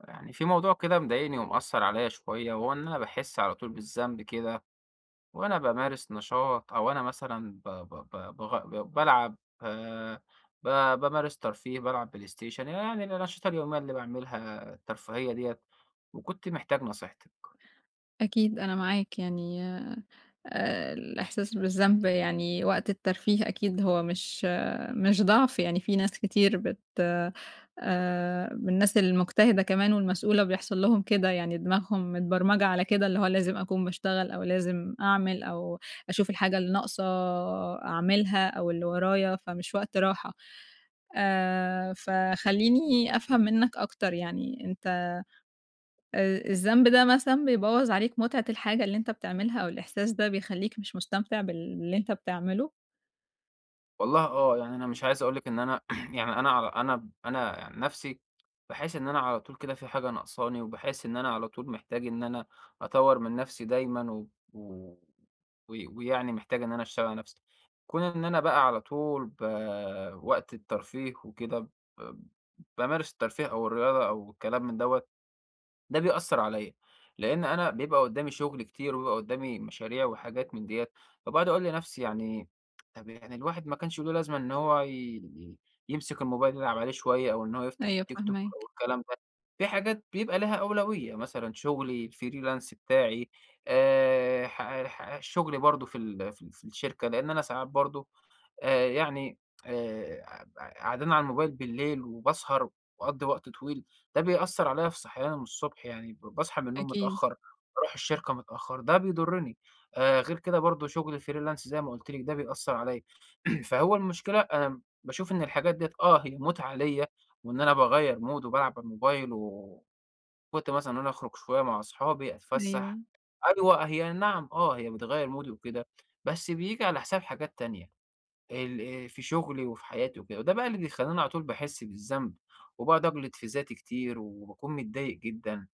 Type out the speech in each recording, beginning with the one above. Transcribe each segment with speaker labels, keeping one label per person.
Speaker 1: يعني في موضوع كده مضايقني ومأثر عليا شوية، وهو إن أنا بحس على طول بالذنب كده، وأنا بمارس نشاط أو أنا مثلا بلعب، آه، ب... بمارس ترفيه، بلعب بلاي ستيشن، يعني الأنشطة اليومية اللي بعملها الترفيهية ديت، وكنت محتاج نصيحتك.
Speaker 2: أكيد أنا معاك يعني الإحساس بالذنب يعني وقت الترفيه أكيد هو مش مش ضعف، يعني في ناس كتير بت من الناس المجتهدة كمان والمسؤولة بيحصل لهم كده، يعني دماغهم متبرمجة على كده، اللي هو لازم أكون باشتغل أو لازم أعمل أو أشوف الحاجة اللي ناقصة أعملها أو اللي ورايا، فمش وقت راحة. فخلّيني أفهم منّك أكتر يعني أنت الذنب ده مثلًا بيبوّظ عليك متعة الحاجة اللي أنت بتعملها أو الإحساس ده بيخلّيك مش مستمتع باللي أنت بتعمله؟
Speaker 1: والله يعني أنا مش عايز أقول لِك إن أنا يعني أنا عن نفسي باحس إن أنا على طول كده في حاجة ناقصاني، وباحس إن أنا على طول محتاج إن أنا أطوّر من نفسي دايمًا، و و و ويعني محتاج إن أنا أشتغل على نفسي. كون إن أنا بقى على طول وقت الترفيه وكده، ب بامارس الترفيه أو الرياضة أو الكلام من دوّة، ده بيأثّر عليّا، لإن أنا بيبقى قدّامي شغل كتير، وبيبقى قدّامي مشاريع وحاجات من ديّة، فباقعد أقول لنفسي، يعني طَب يعني الواحد ما كانش له لازمة إن هو ي- يمسك الموبايل يلعب عليه شوية، أو إن هو يفتح
Speaker 2: أيوه
Speaker 1: التيك توك أو
Speaker 2: فاهماك،
Speaker 1: الكلام ده. في حاجات بيبقى لها أولوية، مثلًا شغلي الfreelance بتاعي، ح ح شغلي برضه في الشركة، لإن أنا ساعات برضه، يعني، آآ ق قعدان على الموبايل بالليل وباسهر، وأقضّي وقت طويل، ده بيأثّر عليَّ في صحياني من الصبح، يعني باصحى من النوم
Speaker 2: أكيد،
Speaker 1: متأخّر، باروح الشركة متأخّر، ده بيضرّني. غير كده، برضه شغل freelance زي ما قُلت لِك ده بيأثّر عليَّ. فهو المشكلة أنا باشوف إن الحاجات ديّة، هي مُتعة ليَّ، وإن أنا باغيّر مود وبالعب على الموبايل، وكنت مثلًا إن أنا أخرج شوية مع أصحابي أتفسّح.
Speaker 2: أيوه.
Speaker 1: أيوه، هي نعم، هي بتغيّر مودي وكده، بس بييجي على حساب حاجات تانية. ال في شغلي وفي حياتي وكده، وده بقى اللي بيخلّيني على طول باحس بالذنب، وباقعد أجلد في ذاتي كتير، وباكون متضايق جدًا،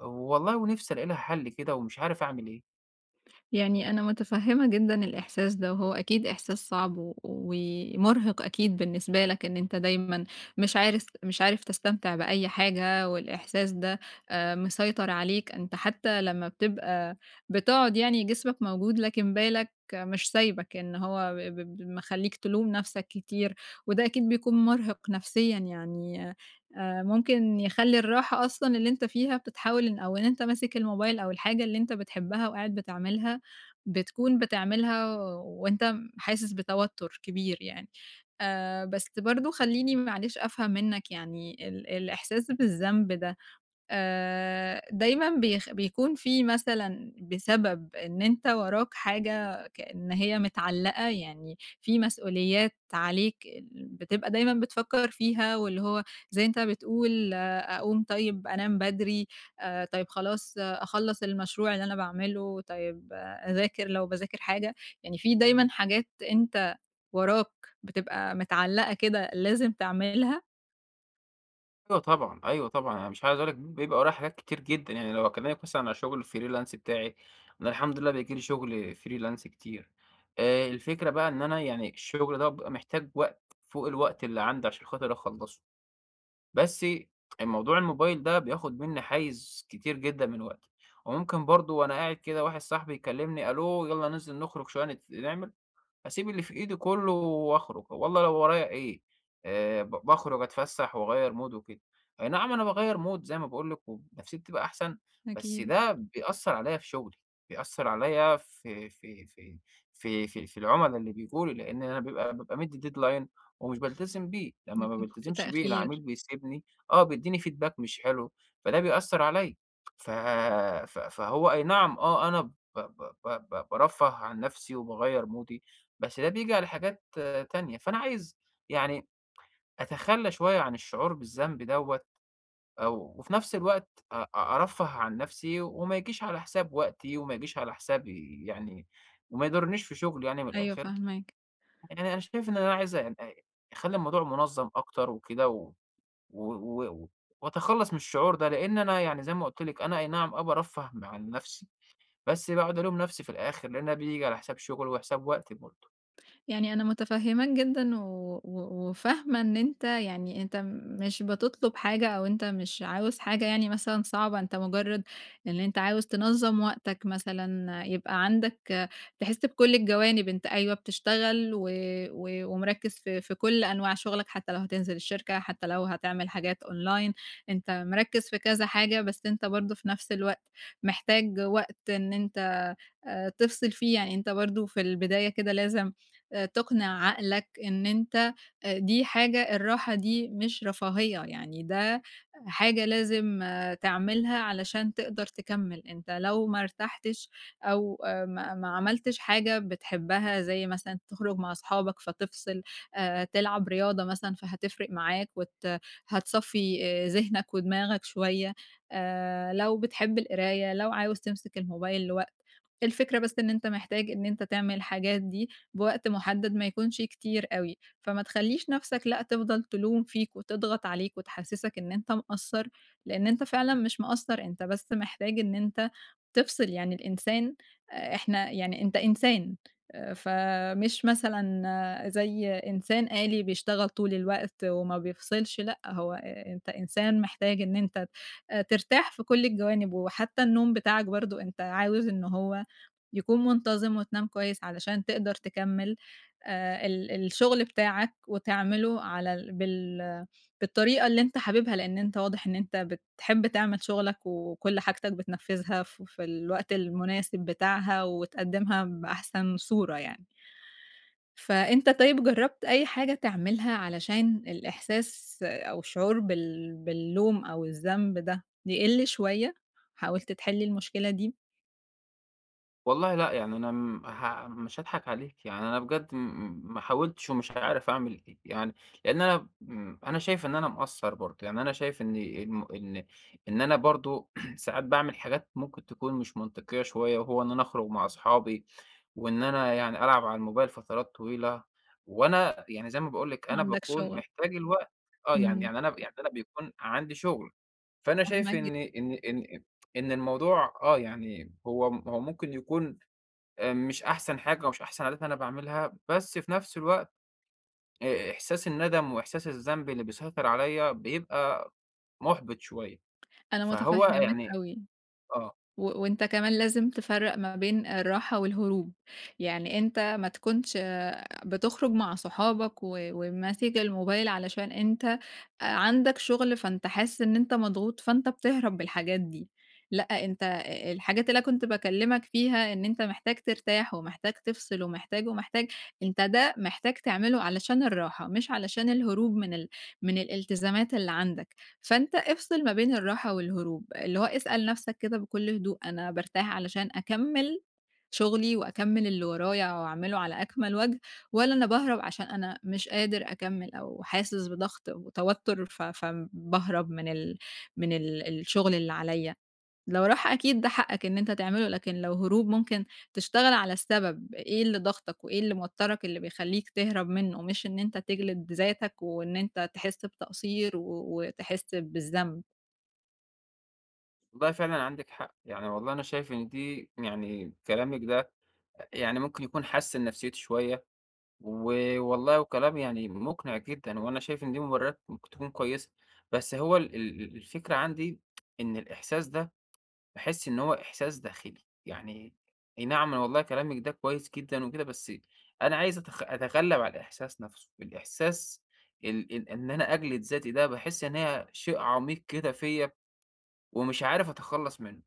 Speaker 1: والله ونفسي ألاقي لها حل كده، ومش عارف أعمل إيه.
Speaker 2: يعني أنا متفهّمة جدًا الإحساس ده، وهو أكيد إحساس صعب و ومُرهِق أكيد بالنسبة لك إن أنت دايمًا مش عارف تستمتع بأي حاجة، والإحساس ده مسيطر عليك، أنت حتى لمّا بتبقى بتقعد يعني جسمك موجود، لكن بالك مش سايبك، إن هو ب ب ب مخلّيك تلوم نَفْسك كتير، وده أكيد بيكون مُرهِق نفسيًا يعني ممكن يخلّي الراحة أصلًا اللي أنت فيها بتتحول إن أنت ماسك الموبايل أو الحاجة اللي أنت بتحبها وقاعد بتكون بتعملها وأنت حاسس بتوتر كبير يعني، بس برضه خلّيني معلش أفهم منّك يعني الإحساس بالذنب ده دايمًا بيكون في مثلًا بسبب إن أنت وراك حاجة كإن هي متعلّقة، يعني في مسؤوليات عليك بتبقى دايمًا بتفكّر فيها واللي هو زي أنت بتقول آه، أقوم طيب أنام بدري، طيب خلاص آه، أخلّص المشروع اللي أنا باعمله، طيب آه، أذاكر لو باذاكر حاجة، يعني في دايمًا حاجات أنت وراك بتبقى متعلّقة كده لازم تعملها.
Speaker 1: أيوه طبعًا، أيوه طبعًا، أنا مش عايز أقول لك بيبقى ورايا حاجات كتير جدًا، يعني لو هاكلمك مثلًا على شغل الfreelance بتاعي، أنا الحمد لله بييجي لي شغل freelance كتير. الفكرة بقى إن أنا، يعني الشغل ده بابقى محتاج وقت فوق الوقت اللي عندي عشان خاطر أخلّصه. بس الموضوع الموبايل ده بياخد منّي حيّز كتير جدًا من وقتي، وممكن برضه وأنا قاعد كده واحد صاحبي يكلّمني، ألو يالّا ننزل نخرج شوية نعمل، أسيب اللي في إيدي كلّه وأخرج، والله لو ورايا إيه، ب باخرج أتفسّح وأغيّر مود وكده. أي نعم أنا باغيّر مود زي ما باقول لِك ونفسيتي بتبقى أحسن، بس
Speaker 2: أكيد
Speaker 1: ده بيأثّر عليَّ في شغلي، بيأثّر عليَّ في العُملا اللي بييجوا لي، لإن أنا بابقى مدّي deadline ومش بالتزم بيه، لمّا ما
Speaker 2: بيكون في
Speaker 1: بالتزمش بيه
Speaker 2: تأخير.
Speaker 1: العميل بيسيبني، بيدّيني feedback مش حلو، فده بيأثّر عليَّ. ف ف فهو أي نعم أنا ب ب ب ب بارفّه عن نفسي وباغيّر مودي، بس ده بييجي على حاجات، تانية، فأنا عايز، يعني أتخلّى شوية عن الشعور بالذنب دوّة، وفي نفس الوقت أرفّه عن نفسي، وما يجيش على حساب وقتي، وما يجيش على حساب يعني وما يضرنيش في شغلي، يعني من
Speaker 2: أيوه
Speaker 1: الآخر،
Speaker 2: فاهماك.
Speaker 1: يعني أنا شايف إن أنا عايز، يعني أخلّي الموضوع منظّم أكتر وكده، و و و وأتخلّص من الشعور ده، لإن أنا، يعني زي ما قُلت لِك، أنا أي نعم، بارفّه عن نفسي، بس باقعد ألوم نفسي في الآخر، لإن ده بييجي على حساب شغلي وحساب وقتي برضه.
Speaker 2: يعني أنا متفهماك جدًا و وفاهمة إن أنت يعني أنت مش بتطلب حاجة أو أنت مش عاوز حاجة يعني مثلًا صعبة، أنت مجرد إن أنت عاوز تنظم وقتك مثلًا، يبقى عندك تحس بكل الجوانب، أنت أيوه بتشتغل و و ومركز في كل أنواع شغلك، حتى لو هتنزل الشركة، حتى لو هتعمل حاجات أونلاين، أنت مركز في كذا حاجة، بس أنت برضه في نفس الوقت محتاج وقت إن أنت تفصل فيه، يعني أنت برضه في البداية كده لازم تقنع عقلك إن أنت دي حاجة الراحة دي مش رفاهية، يعني ده حاجة لازم تعملها علشان تقدر تكمّل، أنت لو ما ارتحتش أو ما عملتش حاجة بتحبها زي مثلًا تخرج مع أصحابك فتفصل، تلعب رياضة مثلًا فهتفرق معاك وت هتصفّي ذهنك ودماغك شوية، لو بتحب القراية، لو عاوز تمسك الموبايل لوقت، الفكرة بس إن أنت محتاج إن أنت تعمل الحاجات دي بوقت محدد ما يكونش كتير أوي، فما تخلّيش نَفْسك لأ تفضل تلوم فيك وتضغط عليك وتحسّسك إن أنت مقصّر، لإن أنت فعلًا مش مقصّر، أنت بس محتاج إن أنت تفصل، يعني الإنسان إحنا يعني أنت إنسان فمش مثلًا زي إنسان آلي بيشتغل طول الوقت وما بيفصلش، لأ هو أنت إنسان محتاج إن أنت ترتاح في كل الجوانب، وحتّى النوم بتاعك برضه أنت عاوز إن هو يكون منتظم وتنام كويس علشان تقدر تكمّل ال الشغل بتاعك وتعمله على ال بال بالطريقة اللي أنت حاببها، لإن أنت واضح إن أنت بتحب تعمل شغلك وكل حاجتك بتنفّذها في الوقت المناسب بتاعها وتقدّمها بأحسن صورة يعني. فأنت طيب جرّبت أي حاجة تعملها علشان الإحساس أو الشعور باللوم أو الذنب ده يقِل شوية؟ حاولت تحل المشكلة دي؟
Speaker 1: والله لأ، يعني أنا م ه مش هاضحك عليكِ، يعني أنا بجد م م ما حاولتش ومش عارف أعمل إيه، يعني لإن أنا شايف إن أنا مقصّر برضه، يعني أنا شايف إن الم إن إن أنا برضه ساعات باعمل حاجات ممكن تكون مش منطقية شوية، وهو إن أنا أخرج مع أصحابي، وإن أنا يعني ألعب على الموبايل فترات طويلة، وأنا يعني زي ما باقول لِك أنا
Speaker 2: عندك
Speaker 1: باكون
Speaker 2: شغل.
Speaker 1: محتاج الوقت، آه، يعني
Speaker 2: إمم،
Speaker 1: يعني أنا يعني أنا بيكون عندي شغل، فأنا شايف
Speaker 2: فاهماك جدًا.
Speaker 1: إن الموضوع، يعني هو ممكن يكون، مش أحسن حاجة ومش أحسن عادات أنا باعملها، بس في نفس الوقت، إحساس الندم وإحساس الذنب اللي بيسيطر عليَّ بيبقى مُحبِط شوية،
Speaker 2: أنا
Speaker 1: فهو
Speaker 2: متفهماك
Speaker 1: يعني
Speaker 2: أوي،
Speaker 1: آه،
Speaker 2: و وأنت كمان لازم تفرّق ما بين الراحة والهروب، يعني أنت ما تكونش بتخرج مع صحابك وماسك الموبايل علشان أنت عندك شغل، فأنت حاسس إن أنت مضغوط، فأنت بتهرب بالحاجات دي، لأ أنت الحاجات اللي أنا كنت باكلمك فيها إن أنت محتاج ترتاح ومحتاج تفصل ومحتاج، ومحتاج، أنت ده محتاج تعمله علشان الراحة، مش علشان الهروب من الالتزامات اللي عندك. فأنت افصل ما بين الراحة والهروب، اللي هو اسأل نفسك كده بكل هدوء أنا بارتاح علشان أكمّل شغلي وأكمّل اللي ورايا وأعمله على أكمل وجه، والّا أنا باهرب عشان أنا مش قادر أكمّل أو حاسس بضغط وتوتر فباهرب من ال من ال الشغل اللي عليَّ؟ لو راح أكيد ده حقك إن أنت تعمله، لكن لو هروب ممكن تشتغل على السبب، إيه اللي ضاغطك وإيه اللي موتّرك اللي بيخلّيك تهرب منّه، مش إن أنت تجلد ذاتك وإن أنت تحس بتقصير و وتحس بالذنب.
Speaker 1: والله فعلًا عندِك حق، يعني والله أنا شايف إن دي، يعني كلامِك ده يعني ممكن يكون حسِّن نفسيتي شوية، ووالله وكلام يعني مُقنع جدًا، وأنا شايف إن دي مبررات ممكن تكون كويسة، بس هو ال ال الفكرة عندي، إن الإحساس ده باحس إن هو إحساس داخلي، يعني أي نعم والله كلامِك ده كويس جدًا وكده، بس أنا عايز أتغلب على الإحساس نفسه، الإحساس ال ال إن أنا أجلد ذاتي ده باحس إن هي شيء عميق كده فيّا، ومش عارف أتخلص منه،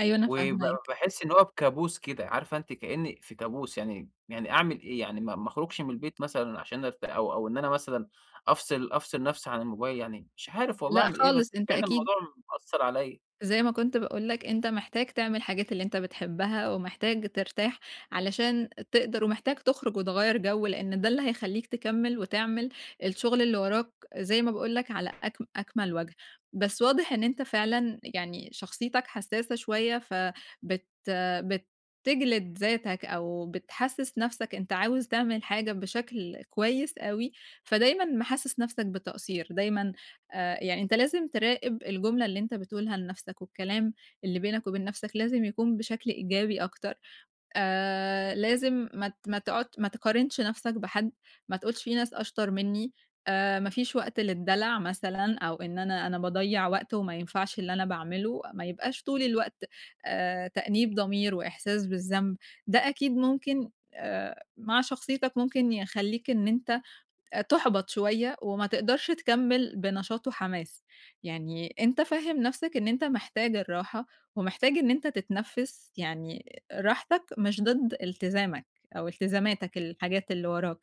Speaker 2: أيوه أنا
Speaker 1: وب
Speaker 2: فاهماك.
Speaker 1: باحس إن هو بكابوس كده، عارفة أنتِ، كأني في كابوس، يعني أعمل إيه؟ يعني ما أخرجش من البيت مثلًا عشان أرت أو أو إن أنا مثلًا أفصل نفسي عن الموبايل، يعني مش عارف والله
Speaker 2: لأ
Speaker 1: أعمل إيه،
Speaker 2: خالص،
Speaker 1: بس
Speaker 2: أنت
Speaker 1: فعلًا
Speaker 2: أكيد
Speaker 1: الموضوع مأثّر عليَّ،
Speaker 2: زي ما كنت باقول لك أنت محتاج تعمل الحاجات اللي أنت بتحبها، ومحتاج ترتاح علشان تقدر ومحتاج تخرج وتغيّر جو، لإن ده اللي هيخلّيك تكمّل وتعمل الشغل اللي وراك زي ما باقول لك على أكمل وجه. بس واضح إن أنت فعلًا يعني شخصيتك حسّاسة شوية، بتجلد ذاتك أو بتحسّس نَفْسك أنت عاوز تعمل حاجة بشكل كويس أوي، فدايمًا محسّس نَفْسك بالتقصير، دايمًا يعني أنت لازم تراقب الجملة اللي أنت بتقولها لنَفْسك، والكلام اللي بينك وبين نَفْسك لازم يكون بشكل إيجابي أكتر، لازم ما تقارنش نَفْسك بحد، ما تقولش في ناس أشطر منّي، ما فيش وقت للدلع مثلًا، أو إن أنا باضيّع وقت وما ينفعش اللي أنا باعمله، ما يبقاش طول الوقت تأنيب ضمير وإحساس بالذنب، ده أكيد ممكن مع شخصيتك ممكن يخلّيك إن أنت تُحبَط شوية وما تقدرش تكمّل بنشاط وحماس. يعني أنت فهِّم نَفْسك إن أنت محتاج الراحة ومحتاج إن أنت تتنفِّس، يعني راحتك مش ضد التزامك أو التزاماتك، الحاجات اللي وراك.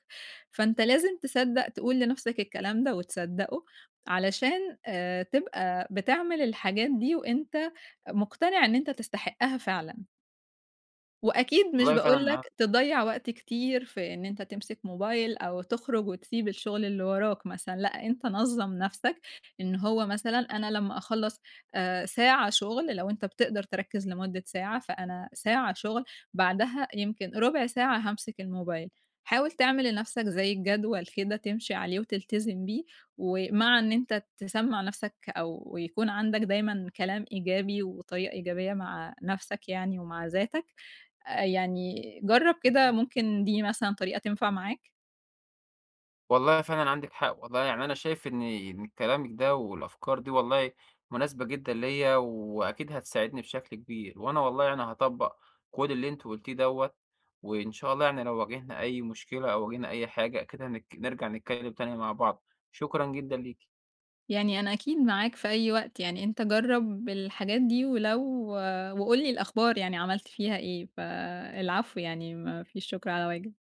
Speaker 2: فأنت لازم تصدّق تقول لنَفْسك الكلام ده وتصدّقه علشان تبقى بتعمل الحاجات دي وأنت مقتنع إن أنت تستحقّها فعلًا. وأكيد مش
Speaker 1: والله
Speaker 2: باقول لك
Speaker 1: فعلًا
Speaker 2: تضيّع وقت كتير في إن أنت تمسك موبايل أو تخرج وتسيب الشغل اللي وراك مثلًا، لأ أنت نظّم نفسك إن هو مثلًا أنا لمّا أخلّص ساعة شغل لو أنت بتقدر تركّز لمدة ساعة، فأنا ساعة شغل بعدها يمكن ربع ساعة هامسك الموبايل. حاول تعمل لنفسك زي جدول كده تمشي عليه وتلتزم بيه، ومع إن أنت تسمّع نفسك أو يكون عندك دايمًا كلام إيجابي وطريقة إيجابية مع نفسك يعني ومع ذاتك، يعني جرّب كده ممكن دي مثلًا طريقة تنفع معاك،
Speaker 1: والله فعلًا عندِك حق والله، يعني أنا شايف إن كلامِك ده والأفكار دي والله مناسبة جدًا ليّا، وأكيد هتساعدني بشكل كبير، وأنا والله يعني هاطبّق كل اللي أنتِ قُلتيه دوّة، وإن شاء الله يعني لو واجهنا أي مشكلة أو واجهنا أي حاجة، أكيد نرجع نتكلم تاني مع بعض، شكرًا جدًا ليكِ.
Speaker 2: يعني أنا أكيد معاك في أي وقت، يعني أنت جرّب الحاجات دي وقُل لي الأخبار يعني عملت فيها إيه، فالعفو يعني ما فيش شكر على واجب.